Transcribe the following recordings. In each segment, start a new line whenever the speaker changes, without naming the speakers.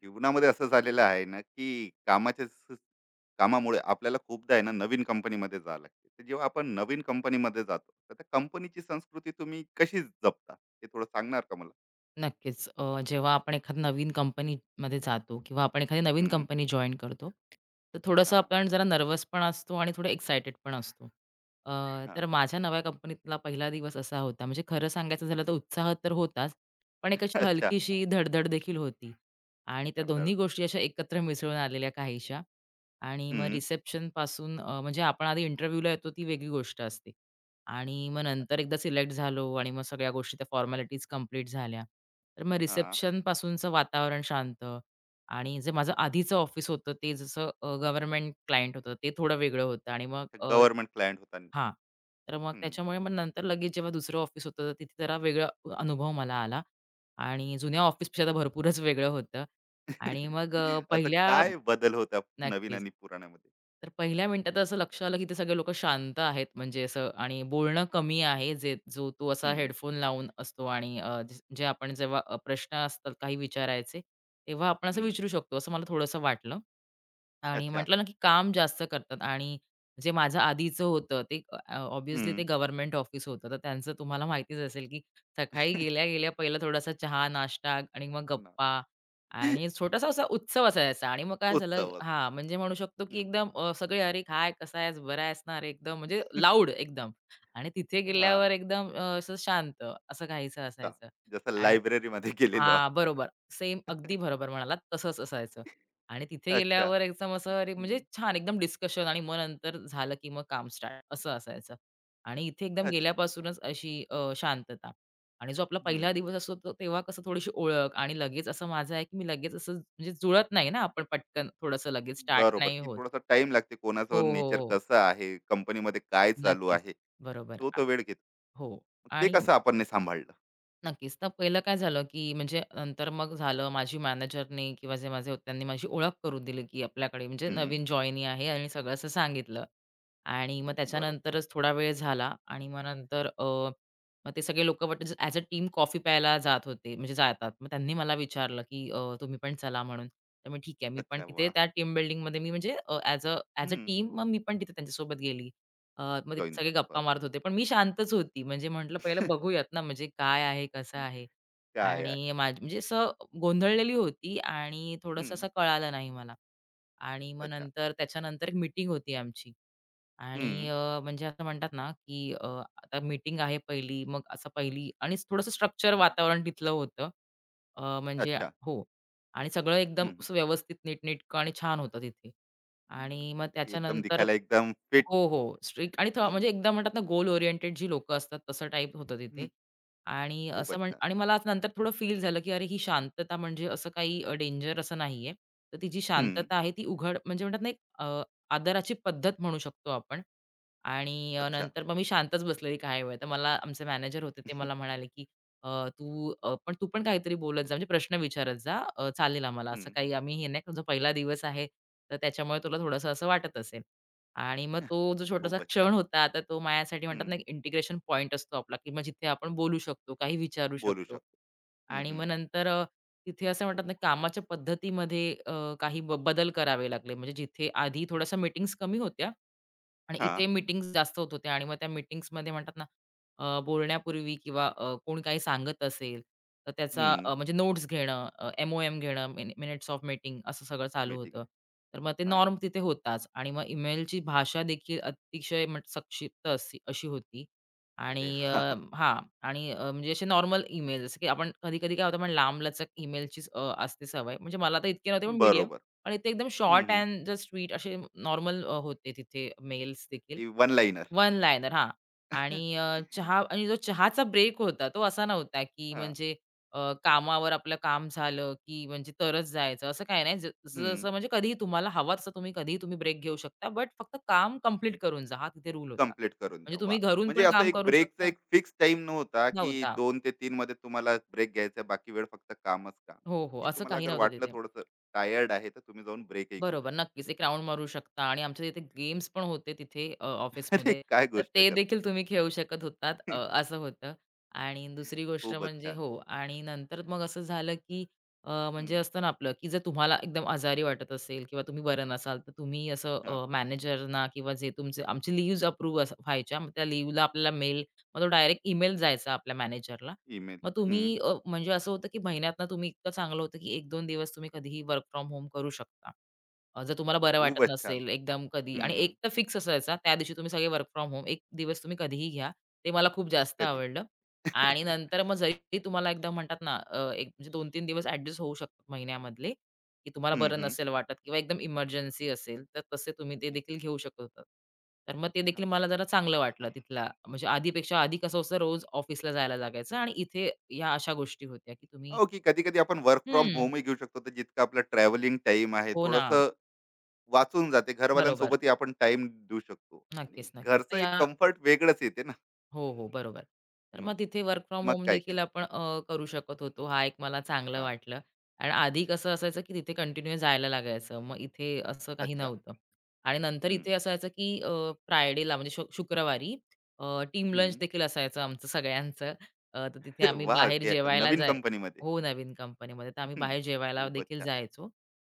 जीवनामध्ये असं झालेलं आहे ना, की कामाच्या स कामामुळे आपल्याला खूपदा आहे ना, नवीन कंपनीमध्ये जावं लागते. तर जेव्हा आपण नवीन कंपनीमध्ये जातो, तर त्या कंपनीची संस्कृती तुम्ही कशी जपता? हे थोडं सांगणार का मला?
नक्कीच. जेव्हा आपण एखाद्या नवीन कंपनीमध्ये जातो किंवा आपण एखादी नवीन
हं.
कंपनी जॉइन करतो, तर थोडंसं
हां.
आपण जरा नर्व्हस पण असतो आणि थोडं एक्सायटेड पण असतो. अ, तर
हां.
माझ्या नव्या कंपनीतला पहिला दिवस असा होता. म्हणजे खरं सांगायचं झालं तर उत्साह तर होताच, पण एक अशी
अच्छा. हां.
हलकीशी धडधड देखील होती आणि त्या दोन्ही
धडधाकट.
गोष्टी अशा एकत्र मिसळून आलेल्या काहीशा. आणि मग
हं.
रिसेप्शनपासून म्हणजे आपण आधी इंटरव्ह्यूला येतो ती वेगळी गोष्ट असते. आणि मग नंतर एकदा सिलेक्ट झालो आणि मग सगळ्या गोष्टी त्या फॉर्मॅलिटीज कम्प्लीट झाल्या. तर मग
हां.
रिसेप्शनपासूनचं वातावरण शांत आणि जे माझं आधीचं ऑफिस होतं ते जसं गव्हर्नमेंट क्लायंट होतं ते थोडं वेगळं होतं आणि मग
गव्हर्नमेंट क्लायंट होता.
हां. तर मग
हं.
त्याच्यामुळे मग नंतर लगेच जेव्हा दुसरं ऑफिस होतं तर तिथे जरा वेगळा अनुभव मला आला आणि जुन्या ऑफिसपेक्षा तर भरपूरच वेगळं होतं आणि मग
असं
पहिल्या
काय बदल होता नवीन
नक्कीच.
आणि पुराण्यामध्ये?
तर पहिल्या मिनिटात असं लक्षात आलं, की ते सगळे लोकं शांत आहेत म्हणजे असं आणि बोलणं कमी आहे. जे जो तो असा
हं,
हेडफोन लावून असतो आणि अ, ज जे आपण जेव्हा प्रश्न असतात काही विचारायचे, तेव्हा आपण असं
हं.
विचारू शकतो, असं मला थोडंसं वाटलं. आणि
अच्छा.
म्हटलं ना, की काम जास्त करतात आणि जे माझं आधीचं होतं ते ऑब्व्हियसली ते
हं.
गव्हर्नमेंट ऑफिस होतं. तर त्यांचं तुम्हाला माहितीच असेल, की सकाळी गेल्या-गेल्या पहिला थोडासा चहा, नाश्ता आणि मग गप्पा आणि छोटासा असा उत्सव असायचा आणि मग काय झालं
उत्सव.
हां, म्हणजे म्हणू शकतो, की
हं.
एकदम सगळे "अरे काय? कसा आहेस? बरा आहेस ना?" अरे एकदम म्हणजे लाऊड एकदम आणि तिथे गेल्यावर
हां.
एकदम असं शांत असं काहीसं
अच्छा.
असायचं
जसं
आणि
लायब्ररीमध्ये गेलेलो आहोत.
हां, बरोबर. सेम अगदी बरोबर म्हणालात तसंच असायचं. आणि तिथे
अच्छा.
गेल्यावर एकदम असं अरे
हं.
म्हणजे छान एकदम डिस्कशन आणि मग नंतर झालं की मग काम स्टार्ट असं असायचं. आणि इथे एकदम
अच्छा.
गेल्यापासूनच अशी शांतता. आणि जो आपला
हं.
पहिला दिवस असतो तो तेव्हा कसं थोडीशी ओळख आणि लगेच असं माझं आहे की मी लगेच असं म्हणजे जुळत नाही ना आपण पटकन थोडंसं लगेच स्टार्ट
बरोबर,
नाही
की
होत.
थोडासा टाइम लागते.
हो,
कोणाचं
हो,
नेचर
हो.
कसं आहे, कंपनीमध्ये काय चालू
नक्कीच.
आहे,
बरोबर.
तो तो वेळ घेतो.
हो.
मग ते
आणि
कसं आपण ने सांभाळलं?
नक्कीच. तर पहिलं काय झालं, की म्हणजे नंतर मग झालं माझी मॅनेजरनी किंवा जे माझे होते त्यांनी माझी ओळख करून दिली, की आपल्याकडे म्हणजे
हं.
नवीन जॉइनी आहे आणि सगळं असं सांगितलं. आणि मग
बरोबर.
त्याच्यानंतरच थोडा वेळ झाला आणि मग नंतर मग ते सगळे लोकं वाटत म्हणजे ॲज अ टीम कॉफी प्यायला जात होते, म्हणजे जातात. मग त्यांनी मला विचारलं, की "तुम्ही पण चला" म्हणून. तर मी ठीक आहे. मी पण
अच्छा,
तिथे
वाह!
त्या टीम बिल्डिंगमध्ये मी म्हणजे ॲज अ
हं.
टीम मग मी पण तिथे त्यांच्यासोबत गेली. मग तिथे
जॉइन
सगळे
झालं.
गप्पा
बरोबर.
मारत होते. पण मी शांतच होती. म्हणजे म्हटलं पहिलं बघूयात ना, म्हणजे काय आहे, कसं आहे?
काय आहे?
आणि माझी म्हणजे असं गोंधळलेली होती आणि
हं.
थोडंसं असं कळालं नाही मला. आणि मग
अच्छा.
नंतर त्याच्यानंतर एक मीटिंग होती आमची आणि
हं.
म्हणजे असं म्हणतात ना, की आता मीटिंग आहे पहिली, मग असं पहिली आणि थोडंसं स्ट्रक्चर वातावरण तिथलं होतं. म्हणजे
अच्छा.
हो. आणि सगळं एकदम
हं.
असं व्यवस्थित नीटनेटकं आणि छान होतं तिथे. आणि मग
अच्छा, ते एकदम
त्याच्यानंतर
दिखायला एकदम फिट.
हो, हो. स्ट्रिक्ट आणि
हं.
म्हणजे एकदा म्हणतात ना गोल ओरिएंटेड जी लोकं असतात तसं टाईप होतं
हं.
तिथे. आणि असं
खूपच
म्हण
छान.
आणि मला आज नंतर थोडं फील झालं, की अरे ही शांतता म्हणजे असं काही डेंजर असं नाहीये. तर ती जी
हं.
शांतता आहे ती उघड म्हणजे म्हणतात ना एक आदराची पद्धत म्हणू शकतो आपण. आणि
अच्छा.
नंतर मग मी शांतच बसलेली काही वेळ. तर मला आमचे मॅनेजर होते ते मला म्हणाले, की अ, "तू पण तू पण काहीतरी बोलत जा म्हणजे प्रश्न विचारत जा. चालेल आम्हाला." असं
हं,
काही
हं.
आम्ही हे नाही तुझा पहिला दिवस आहे, तर त्याच्यामुळे तुला थोडंसं असं वाटत असेल. आणि मग तो जो छोटासा
खूपच
क्षण
छान.
होता, आता तो माझ्यासाठी म्हणतात
हं.
ना, एक इंटिग्रेशन पॉइंट असतो आपला, की मग जिथे आपण बोलू शकतो, काही विचारू
बोलू
शकतो.
शकतो.
आणि मग नंतर तिथे असं म्हणतात ना, कामाच्या पद्धतीमध्ये काही बदल करावे लागले. म्हणजे जिथे आधी थोड्याशा मीटिंग्स कमी होत्या, आणि
हां.
इथे मीटिंग्ज जास्त होत होत्या आणि मग त्या मीटिंग्समध्ये म्हणतात ना, बोलण्यापूर्वी किंवा कोण काही सांगत असेल, तर त्याचा
हं.
अ, म्हणजे नोट्स घेणं, एम-ओ-एम घेणं, मिनिट्स ऑफ मीटिंग असं सगळं चालू
मीटिंग.
होतं. तर मग ते
हां,
नॉर्म
हां.
तिथे होताच आणि मग ईमेलची भाषा देखील अतिशय संक्षिप्त अशी अशी होती आणि
अरे
अ,
वाह!
हां आणि अ, म्हणजे असे नॉर्मल ईमेल जसं की आपण कधी-कधी काय होतं, आपण लांबलचक ईमेलचीच असते सवय. म्हणजे मला तर इतकी नव्हती पण मीडिया
बरोबर.
आणि ते एकदम शॉर्ट
हं,
अँड द स्वीट असे नॉर्मल होते तिथे मेल्स देखील.
की वन लाइनर.
वन लाइनर हां. आणि चहा आणि जो चहाचा ब्रेक होता तो असा नव्हता, की
हां.
म्हणजे अ, कामावर आपलं काम झालं, की म्हणजे तरच जायचं असं काही नाही. जसं
हं.
जसं म्हणजे कधीही तुम्हाला हवा तसं तुम्ही कधीही ब्रेक घेऊ शकता. बट फक्त काम कंप्लीट करून जा हा तिथे रूल होता.
कंप्लीट करून द्या.
म्हणजे तुम्ही
वाह!
घरून
म्हणजे
पण
असं
काम
एक
करू
ब्रेकचा
शकता
एक फिक्स टाईम नव्हता, की
नव्हता.
2 ते तीन मध्ये तुम्हाला ब्रेक घ्यायचा आहे. बाकी वेळ फक्त कामच काम.
हो, हो.
की
असं
तुम्हाला
काही
अगर
नव्हतं
वाटलं
तिथे.
थोडंसं टायर्ड आहे, तर तुम्ही जाऊन ब्रेकही घेऊ
बरोबर,
शकता.
नक्कीच. एक राउंड मारू शकता आणि आमच्या तिथे गेम्स पण होते तिथे हं.
अरे
ऑफिसमध्ये.
काय
तर
गोष्ट
ते
करता.
देखील तुम्ही खेळू शकत होतात असं होतं. आणि दुसरी गोष्ट
खूपच
म्हणजे
छान.
हो आणि नंतर मग असं झालं, की म्हणजे
हं.
असतं ना आपलं, की जर तुम्हाला एकदम आजारी वाटत असेल किंवा तुम्ही बरं नसाल, तर तुम्ही
हां.
असं मॅनेजरना किंवा जे तुमचे आमची लीव्हज अप्रूव्ह व्हायच्या. मग त्या लीव्हला आपल्याला मेल, मग तो डायरेक्ट ईमेल जायचा आपल्या मॅनेजरला.
ईमेल.
मग
हं.
तुम्ही म्हणजे असं होतं, की महिन्यातनं तुम्ही इतकं चांगलं होतं, की 1-2 दिवस तुम्ही कधीही वर्क फ्रॉम होम करू शकता. जर तुम्हाला बरं वाटत
खूपच छान.
नसेल एकदम कधी
हं,
आणि
हं.
एक तर फिक्स असायचा. त्या दिवशी तुम्ही सगळे वर्क फ्रॉम होम 1 दिवस तुम्ही कधीही घ्या. ते मला खूप जास्त
कधी?
आवडलं. आणि नंतर मग जरी तुम्हाला एकदम म्हणतात ना, एक म्हणजे 2-3 दिवस ॲडजस्ट होऊ शकतात महिन्यामधले, की तुम्हाला
हं,
बरं
हं.
नसेल वाटत किंवा एकदम इमर्जन्सी असेल, तर तसे तुम्ही ते देखील घेऊ शकत होतात. तर मग ते देखील
हां.
मला जरा चांगलं वाटलं तिथला म्हणजे आधीपेक्षा आधी कसं होतं रोज ऑफिसला जायला लागायचं आणि इथे ह्या अशा गोष्टी होत्या, की तुम्ही
हो, की कधी-कधी आपण वर्क फ्रॉम
हं.
होमही घेऊ शकतो. तर जितकं आपलं ट्रॅव्हलिंग टाईम आहे,
हो ना.
थोडंसं वाचून जाते.
बरोबर.
घरवाल्यांसोबतही आपण टाइम देऊ शकतो आणि
नक्कीच, नक्कीच. तर
घरचं
या
एक कम्फर्ट वेगळंच येते ना.
हो, हो, बरोबर. तर
हं.
मग तिथे वर्क फ्रॉम
मग
होम
काय
देखील
केलं?
आपण करू शकत होतो. हा एक मला चांगलं
हां.
वाटलं. आणि आधी कसं असायचं, की तिथे कंटिन्यू जायला लागायचं. मग इथे असं काही
अच्छा.
नव्हतं. आणि नंतर
हं,
इथे असायचं, की फ्रायडेला म्हणजे शुक्रवारी टीम
हं.
लंच देखील असायचं आमचं सगळ्यांचं. तर तिथे
अरे
आम्ही
वाह!
बाहेर
या
जेवायला
नवीन
जाय
कंपनीमध्ये.
हो, नवीन कंपनीमध्ये. तर आम्ही
हं.
बाहेर जेवायला
खूपच
देखील
छान.
जायचो.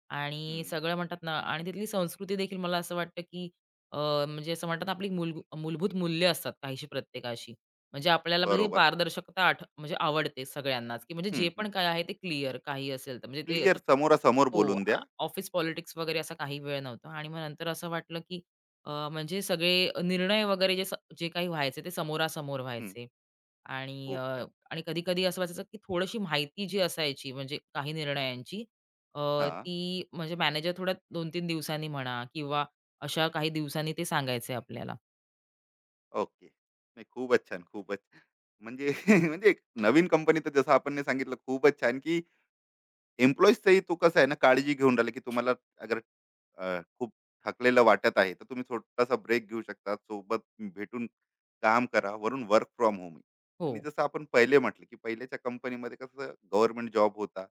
आणि सगळं म्हणतात ना आणि तिथली संस्कृती देखील मला असं वाटतं, की अ, म्हणजे असं म्हणतात ना, आपली मूलभूत मूल्य असतात काहीशी प्रत्येकाशी. म्हणजे आपल्याला म्हणजे ही
बरोबर.
पारदर्शकता म्हणजे आवडते सगळ्यांनाच, की म्हणजे जे पण काय आहे ते क्लिअर काही असेल तर. म्हणजे ते
क्लिअर
असं
समोरासमोर
हो,
बोलून द्या.
ऑफिस पॉलिटिक्स वगैरे असा काही वेळ नव्हता आणि मग नंतर असं वाटलं, की म्हणजे सगळे निर्णय वगैरे जे काही व्हायचे ते समोरासमोर
हं.
व्हायचे आणि
खूप छान.
आणि कधी-कधी असं व्हायचं, की थोडीशी माहिती जी असायची म्हणजे काही निर्णयांची अ,
हां.
ती म्हणजे मॅनेजर थोड्या 2-3 दिवसांनी म्हणा किंवा अशा काही दिवसांनी ते सांगायचंय आपल्याला.
ओके. नाही खूपच छान, खूपच. म्हणजे म्हणजे एक नवीन कंपनी तर जसं आपण ने सांगितलं खूपच छान, की एम्प्लॉईजचाही तो कसं आहे ना काळजी घेऊन राहिला, की तुम्हाला अगर खूप थकलेलं वाटत आहे, तर तुम्ही छोटासा ब्रेक घेऊ शकता. सोबत भेटून काम करा. वरून वर्क फ्रॉम होम आहे.
हो.
आणि जसं आपण पहिले म्हटलं, की पहिल्याच्या कंपनीमध्ये कसं गव्हर्नमेंट जॉब होता.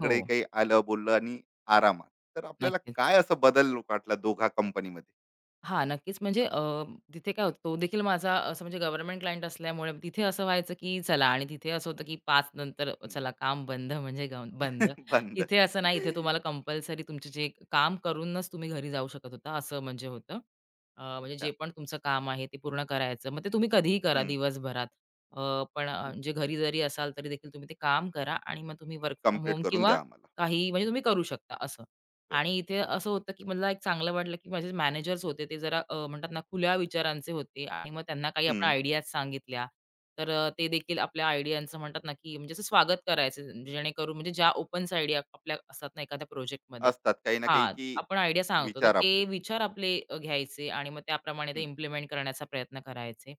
हो,
काही आलं, बोललं आणि आरामात. तर आपल्याला
नक्कीच.
काय असा बदल वाटला दोघा कंपनीमध्ये?
हां, नक्कीच. म्हणजे तिथे काय होतं, तो देखील माझा असं म्हणजे गव्हर्नमेंट क्लायंट असल्यामुळे तिथे असं व्हायचं, की चला आणि तिथे असं होतं, की 5 नंतर
हं.
चला काम बंद म्हणजे बंद.
बंद.
इथे असं नाही, इथे तुम्हाला कंपल्सरी तुमचे जे काम करूनच तुम्ही घरी जाऊ शकत होता, असं म्हणजे होतं. म्हणजे जे
अच्छा.
पण तुमचं काम आहे ते पूर्ण करायचं. मग ते तुम्ही कधीही करा
हं.
दिवसभरात. पण म्हणजे घरी जरी असाल तरी देखील तुम्ही ते काम करा आणि मग तुम्ही वर्क फ्रॉम
कंप्लीट
होम
करून
किंवा
द्या आम्हाला.
काही म्हणजे तुम्ही करू शकता असं.
तर
आणि इथे असं होतं, की मला एक चांगलं वाटलं, की माझे मॅनेजर्स होते ते जरा म्हणतात ना खुल्या विचारांचे होते आणि मग त्यांना काही आपण
हं.
आयडियाज सांगितल्या, तर ते देखील आपल्या आयडियांचं म्हणतात ना, की म्हणजे असं स्वागत करायचं जेणेकरून म्हणजे ज्या ओपन्स आयडिया आपल्या असतात ना एखाद्या प्रोजेक्टमध्ये
असतात काही ना काही,
हां,
की
आपण आयडिया सांगतो. तर
विचार
ते
आपले.
विचार आपले घ्यायचे आणि मग त्याप्रमाणे ते
हं.
इम्प्लिमेंट करण्याचा प्रयत्न करायचे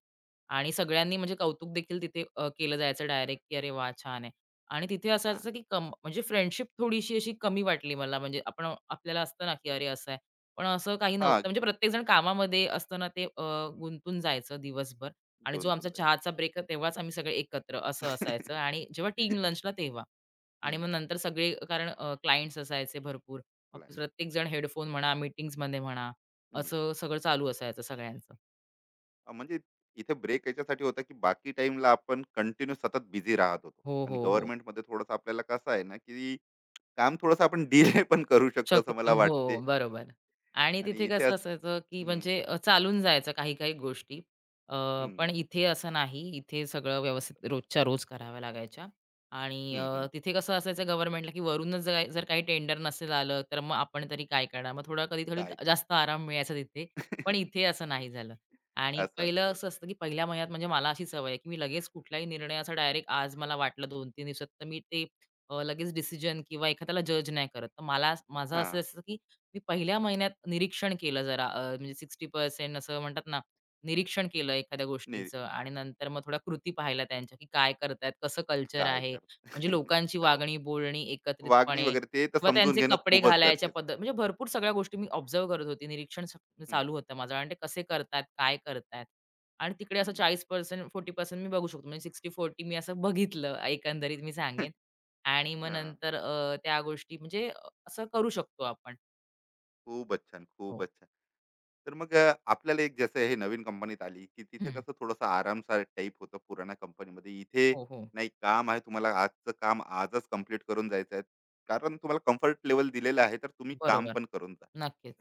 आणि सगळ्यांनी म्हणजे कौतुक देखील तिथे केलं जायचं डायरेक्ट, की "अरे वाह! छान आणि तिथे असं असायचं की म्हणजे फ्रेंडशिप थोडीशी अशी कमी वाटली मला. म्हणजे आपण आपल्याला असतं ना, की अरे असं आहे. पण असं काही नव्हतं.
हां,
म्हणजे प्रत्येकजण कामामध्ये असताना ते गुंतून जायचं दिवसभर आणि जो आमचा
गुंतून जाईल.
चहाचा ब्रेक तेव्हाच आम्ही सगळे एकत्र असं असायचं आणि जेव्हा टीम लंचला तेव्हा. आणि
हं,
मग नंतर सगळे कारण क्लायंट्स असायचे भरपूर. मग
लाईट
प्रत्येकजण हेडफोन म्हणा, मीटिंग्समध्ये म्हणा,
मीठ.
असं सगळं चालू असायचं सगळ्यांचं.
म्हणजे इथे ब्रेक याच्यासाठी होता, की बाकी टाईमला आपण कंटिन्यू सतत बिझी राहत होतो
हो, हो,
आणि
हो.
गव्हर्नमेंटमध्ये थोडंसं आपल्याला कसं आहे ना, की काम थोडंसं आपण डिले पण करू शकतो असं
शकतो.
मला
हो,
वाटते
बरोबर. आणि
आणि
तिथे
इथे
कसं
अस
असायचं, की
हं,
म्हणजे चालून जायचं काही-काही गोष्टी. अ, पण
हं,
इथे असं नाही. इथे सगळं
असं.
व्यवस्थित रोजच्या रोज कराव्या लागायच्या. आणि
हं, हं.
तिथे कसं असायचं गव्हर्नमेंटला, की वरूनच जर जर काही टेंडर नसेल आलं, तर मग आपण तरी काय करणार? मग थोडा कधी थोडी
काय करणार?
जास्त आराम मिळायचा तिथे. पण इथे असं नाही झालं. आणि
असं नाही
पहिलं
आहे.
असं असतं, की पहिल्या महिन्यात म्हणजे मला अशी सवय आहे, की मी लगेच कुठलाही निर्णय असा डायरेक्ट आज मला वाटलं 2-3 दिवसात, तर मी ते लगेच डिसिजन किंवा एखाद्याला जज नाही करत. तर माझं असं असतं, की मी पहिल्या महिन्यात निरीक्षण केलं जरा म्हणजे 60% असं म्हणतात ना, निरीक्षण केलं एखाद्या
नाही
गोष्टीचं आणि नंतर मग थोड्या कृती पाहिल्या त्यांच्या, की काय करतायत, कसं कल्चर
काय
आहे.
करणार?
म्हणजे लोकांची
खरं.
वागणी, बोलणी
वागणी
एकत्रितपणे
वगैरे ते तर
किंवा
समजून
त्यांचे
घेणं
कपडे
खूपच
घालायच्या
गरजेचं.
पद्धत म्हणजे भरपूर सगळ्या गोष्टी मी ऑब्झर्व्ह करत होती. निरीक्षण स
हं,
चालू होतं माझं आणि ते कसे करतायत, काय करतायत आणि तिकडे असं
हं.
40% 40% मी बघू शकतो. म्हणजे 60-40 मी असं बघितलं एकंदरीत मी सांगेन. आणि मग
हां,
नंतर त्या गोष्टी असं करू शकतो आपण.
खूपच छान,
हो.
खूपच छान. तर मग आपल्याला एक जसं हे नवीन कंपनीत आली की तिथे
हं.
कसं थोडंसं आरामसार टाईप होतं पुराण्या कंपनीमध्ये इथे
हो, हो.
नाही काम आहे तुम्हाला आजचं काम आजच कंप्लीट करून जायचं आहे कारण तुम्हाला कम्फर्ट लेवल दिलेलं आहे तर तुम्ही काम
बरोबर.
पण करून जा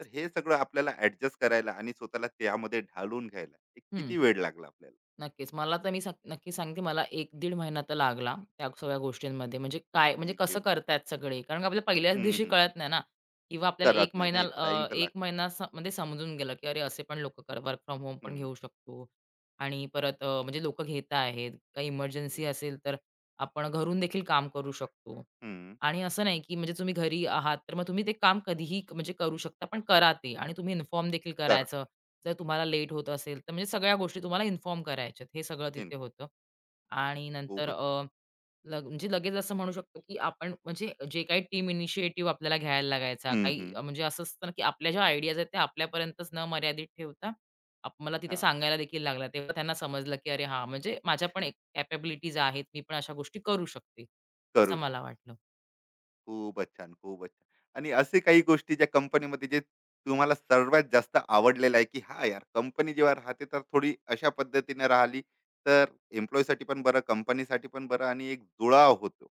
तर हे सगळं आपल्याला ऍडजस्ट करायला आणि स्वतःला त्यामध्ये ढालून घ्यायला एक
हं.
किती वेळ लागला आपल्याला
नक्कीच. मला तर मी सांग नक्की सांगते मला 1-1.5 महिना तर लागला त्या सगळ्या गोष्टींमध्ये. म्हणजे काय म्हणजे
एक
कसं
दीड महिना
करतायत सगळे. कारण का आपल्याला पहिल्याच
हम्म,
दिवशी
हम्म.
कळत नाही ना किंवा आपल्याला
करत
एक
नाही
महिना
नाही टाइम तर
1
लाग
महिना स मध्ये समजून गेलं, की अरे असे पण लोक वर्क फ्रॉम होम पण
हम्म,
घेऊ शकतो आणि परत म्हणजे लोकं घेत आहेत. काही
हे-
इमर्जन्सी असेल तर आपण घरून देखील काम करू शकतो.
हम्म,
आणि असं नाही, की म्हणजे तुम्ही घरी आहात तर मग तुम्ही ते काम म्हणजे करू शकता. पण करा ते आणि तुम्ही इन्फॉर्म देखील
करा
करायचं जर तुम्हाला लेट होत असेल, तर म्हणजे सगळ्या गोष्टी तुम्हाला इन्फॉर्म करायच्यात. हे सगळं तिथे
इन्फॉर्म
होतं. आणि नंतर
खूपच छान
लग म्हणजे लगेच असं म्हणू शकतो, की आपण म्हणजे जे काही टीम इनिशिएटिव्ह आपल्याला घ्यायला लागायचा,
हम्म,
काही
हम्म.
म्हणजे असं असतं ना, की आपल्या ज्या आयडियाज आहेत, त्या आपल्यापर्यंतच न मर्यादित ठेवता मला तिथे
हा
सांगायला देखील लागला. तेव्हा त्यांना समजलं, की अरे हां, म्हणजे माझ्या पण एक कॅपॅबिलिटीज आहेत. मी पण अशा गोष्टी करू शकते, असं
करू
मला
शकता
वाटलं.
खूपच छान, खूपच छान. आणि असे काही गोष्टी ज्या कंपनीमध्ये जे तुम्हाला सर्वात जास्त आवडलेलं आहे, की हां, यार कंपनी जेव्हा राहते तर थोडी अशा पद्धतीने राहिली, तर एम्प्लॉयीसाठी पण बरं, कंपनीसाठी पण बरं आणि एक जुळाव होतो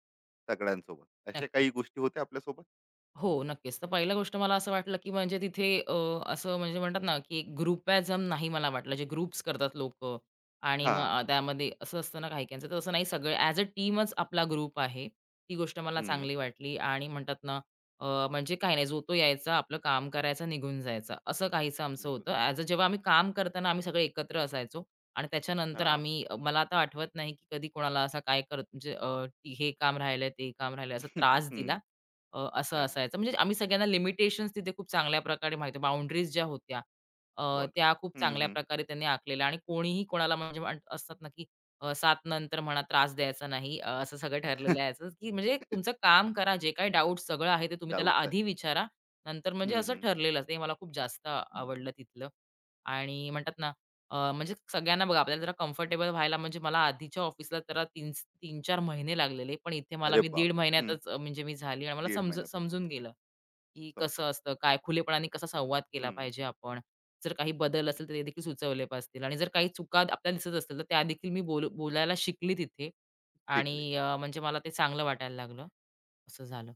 सगळ्यांसोबत. अशा काही
नक्कीच.
गोष्टी होत्या आपल्यासोबत?
हो, नक्कीच. तर पहिली गोष्ट मला असं वाटलं, की म्हणजे तिथे असं म्हणजे म्हणतात ना, की एक ग्रुपिझम नाही मला वाटलं, जे ग्रुप्स करतात लोकं आणि मग
हां.
त्यामध्ये असं असतं ना काही-काहींचं, तर तसं नाही सगळे ॲज अ टीमच आपला ग्रुप आहे. ती गोष्ट मला
हं.
चांगली वाटली आणि म्हणतात ना, अ, म्हणजे काही नाही, जो तो यायचा, आपलं काम करायचं, निघून जायचा, असं काहीसं आमचं
निघून.
होतं. ॲज अ जेव्हा आम्ही काम करताना आम्ही सगळे एकत्र असायचो आणि त्याच्यानंतर
हां.
आम्ही मला आता आठवत नाही, की कधी कोणाला असा काय करत हे काम राहिलंय, ते काम राहिलंय, असा
हं.
त्रास
हां.
दिला. असं असायचं. म्हणजे आम्ही सगळ्यांना लिमिटेशन्स तिथे खूप चांगल्या प्रकारे माहिती बाउंडरीज ज्या होत्या
बॉन्ड.
त्या खूप
हं,
चांगल्या
हं.
प्रकारे त्यांनी आखलेल्या आणि कोणीही कोणाला म्हणजे म्हण असतात ना, की 7 नंतर म्हणा त्रास द्यायचा नाही. असं सगळं ठरलेलं यायचं, की म्हणजे तुमचं काम करा. जे काही डाउट सगळं आहे ते तुम्ही त्याला
डाउट्स आहे.
आधी विचारा. नंतर म्हणजे
हं,
असं
हं.
ठरलेलं. ते मला खूप जास्त आवडलं तिथलं आणि म्हणतात ना म्हणजे सगळ्यांना बघा आपल्याला जरा कम्फर्टेबल व्हायला म्हणजे मला आधीच्या ऑफिसला जरा 3-4 महिने लागलेले. पण इथे मला
अरे
मी दीड
बापरे! हं.
महिन्यातच म्हणजे मी झाली आणि मला
दीड
समज
महिन्यापासून.
समजून गेलं, की कसं असतं, काय खुलेपणाने कसा संवाद केला
हं.
पाहिजे आपण. जर काही बदल असेल तर ते देखील सुचवले असतील आणि जर काही चुका आपल्याला दिसत असतील तर त्या देखील मी बोलायला शिकली तिथे
शिकले.
आणि म्हणजे मला ते चांगलं वाटायला लागलं. असं झालं.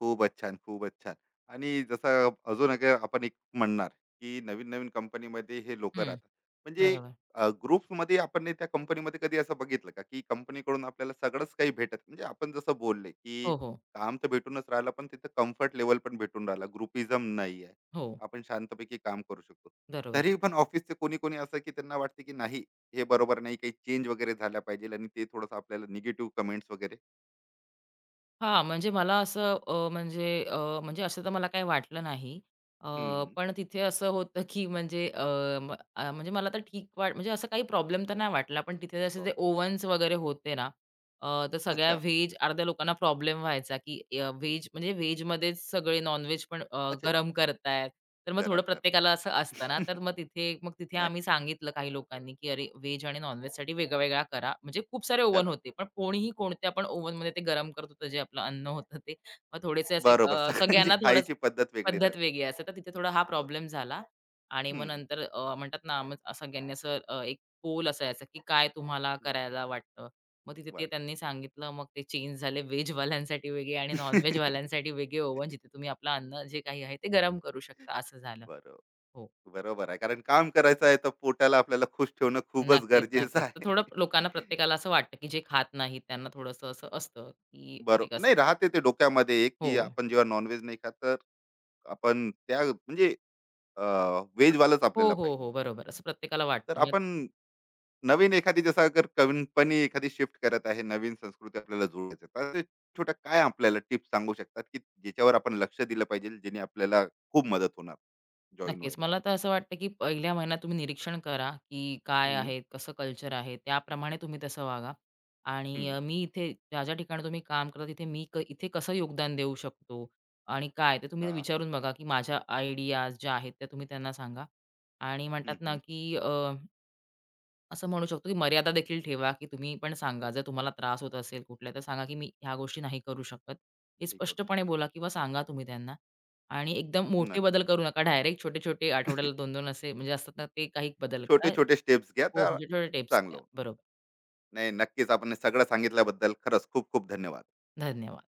खूपच छान, खूपच छान. आणि जसं अजून एक आपण एक म्हणणार, की नवीन-नवीन कंपनीमध्ये हे लोकं
हं.
राहतात. म्हणजे
बरोबर.
ग्रुप्समध्ये आपण नाही, त्या कंपनीमध्ये कधी असं बघितलं का, की कंपनीकडून आपल्याला सगळंच काही भेटत म्हणजे आपण जसं बोलले, की
हो, हो.
काम तर भेटूनच राहिलं, पण तिथं कम्फर्ट लेव्हल पण भेटून राहिला. ग्रुपिझम नाही आहे.
हो.
आपण शांतपैकी काम करू शकतो.
बरोबर.
तरी पण ऑफिसचे कोणी-कोणी असं, की त्यांना वाटते, की नाही हे बरोबर नाही, काही चेंज वगैरे झाला पाहिजे आणि ते थोडंसं आपल्याला निगेटिव्ह कमेंट्स वगैरे
हा, म्हणजे मला असं म्हणजे असं तर मला काही वाटलं नाही. अ, पण तिथे असं होतं, की म्हणजे मला तर ठीक वाट म्हणजे असा काही प्रॉब्लेम तर नाही वाटला. पण तिथे जसे ते
प्रॉब्लेम.
ओव्हन्स वगैरे होते ना, तर सगळ्या
अच्छा.
व्हेज अर्ध्या लोकांना प्रॉब्लेम व्हायचा, की व्हेज म्हणजे व्हेजमध्येच सगळे नॉन-व्हेज पण
अच्छा
गरम करतायत. तर मग थोडं
गरम
प्रत्येकाला असं असतं ना,
करतात
तर मग तिथे तिथे
नाही
आम्ही सांगितलं काही लोकांनी, की "अरे, व्हेज आणि नॉन-व्हेजसाठी वेगळा करा." म्हणजे खूप सारे ओव्हन
करा
होते, पण कोणीही कोणत्या पण ओव्हनमध्ये ते गरम करत होतं, जे आपलं अन्न होतं ते. मग थोडेसे असे
बरोबर सगळ्यांची
सगळ्यांना थोडं
खायची पद्धत वेगळी
पद्धत
राहते
वेगळी असते, तर तिथे थोडा हा
बरोबर
प्रॉब्लेम झाला. आणि मग
हम्म, हम्म,
नंतर म्हणतात ना, मग सगळ्यांनी असं एक पोल असायचा, की काय तुम्हाला
हम्म,
करायला वाटतं? मग तिथे ते
वाटते
त्यांनी सांगितलं. मग ते चेंज झाले. व्हेजवाल्यांसाठी वेगळे आणि नॉन-व्हेजवाल्यांसाठी वेगळे ओव्हन, जिथे तुम्ही आपलं अन्न जे काही आहे ते गरम करू शकता, असं झालं.
बरोबर
हो.
बरोबर आहे कारण काम करायचं आहे तर पोटाला आपल्याला खुश ठेवणं खूपच
नक्कीच,
गरजेचं
नक्कीच. तर
आहे
थोडं लोकांना प्रत्येकाला असं वाटतं, की जे खात नाहीत त्यांना थोडंसं असं असतं, की अरे
बरोबर
कसं.
नाही राहते ते डोक्यामध्ये एक
हो.
की आपण जेव्हा नॉनव्हेज नाही खात तर आपण त्या म्हणजे व्हेज वालाच
हो,
आपल्याला
हो,
पाहिजे
हो. बरोबर. असं प्रत्येकाला
तर
वाटतं.
आपण नवीन एखादी जसं अगर कंपनी एखादी शिफ्ट करत आहे, नवीन संस्कृती आपल्याला जोडायचं तर ते छोट्या काय आपल्याला टिप्स सांगू शकतात, की ज्याच्यावर आपण लक्ष दिलं पाहिजे, जेणे आपल्याला खूप मदत होणार जॉइन
नक्कीच.
व्हायला?
मला तर असं वाटतं, की पहिल्या महिन्यात तुम्ही निरीक्षण करा, की काय
हं,
आहे, कसं कल्चर आहे, त्याप्रमाणे तुम्ही तसं वागा. आणि
हं.
मी इथे ज्या-ज्या ठिकाणी तुम्ही काम करता, तिथे मी क इथे कसं योगदान देऊ शकतो आणि काय? ते तुम्ही
हां.
विचारून बघा, की माझ्या आयडियाज ज्या आहेत, त्या तुम्ही त्यांना सांगा. आणि
हं,
म्हणतात ना,
हं.
की असं म्हणू शकतो, की मर्यादा देखील ठेवा, की तुम्ही पण सांगा.
ते
जर तुम्हाला त्रास होत असेल कुठल्या, तर सांगा, की "मी ह्या गोष्टी नाही करू शकत." हे
नाही करू
स्पष्टपणे
शकत.
बोला किंवा सांगा तुम्ही त्यांना. आणि एकदम मोठे
नक्की.
बदल करू नका. डायरेक्ट छोटे-छोटे आठवड्याला 2-2 असे म्हणजे असतात ना, ते काही बदल करा.
छोटे-छोटे स्टेप्स घ्या
हो, हो.
तर
छोटे-छोटे टिप्स
चांगलं
द्या.
होईल.
बरोबर.
नाही, नक्कीच आपण हे सगळं सांगितल्याबद्दल खरंच खूप-खूप धन्यवाद.
धन्यवाद.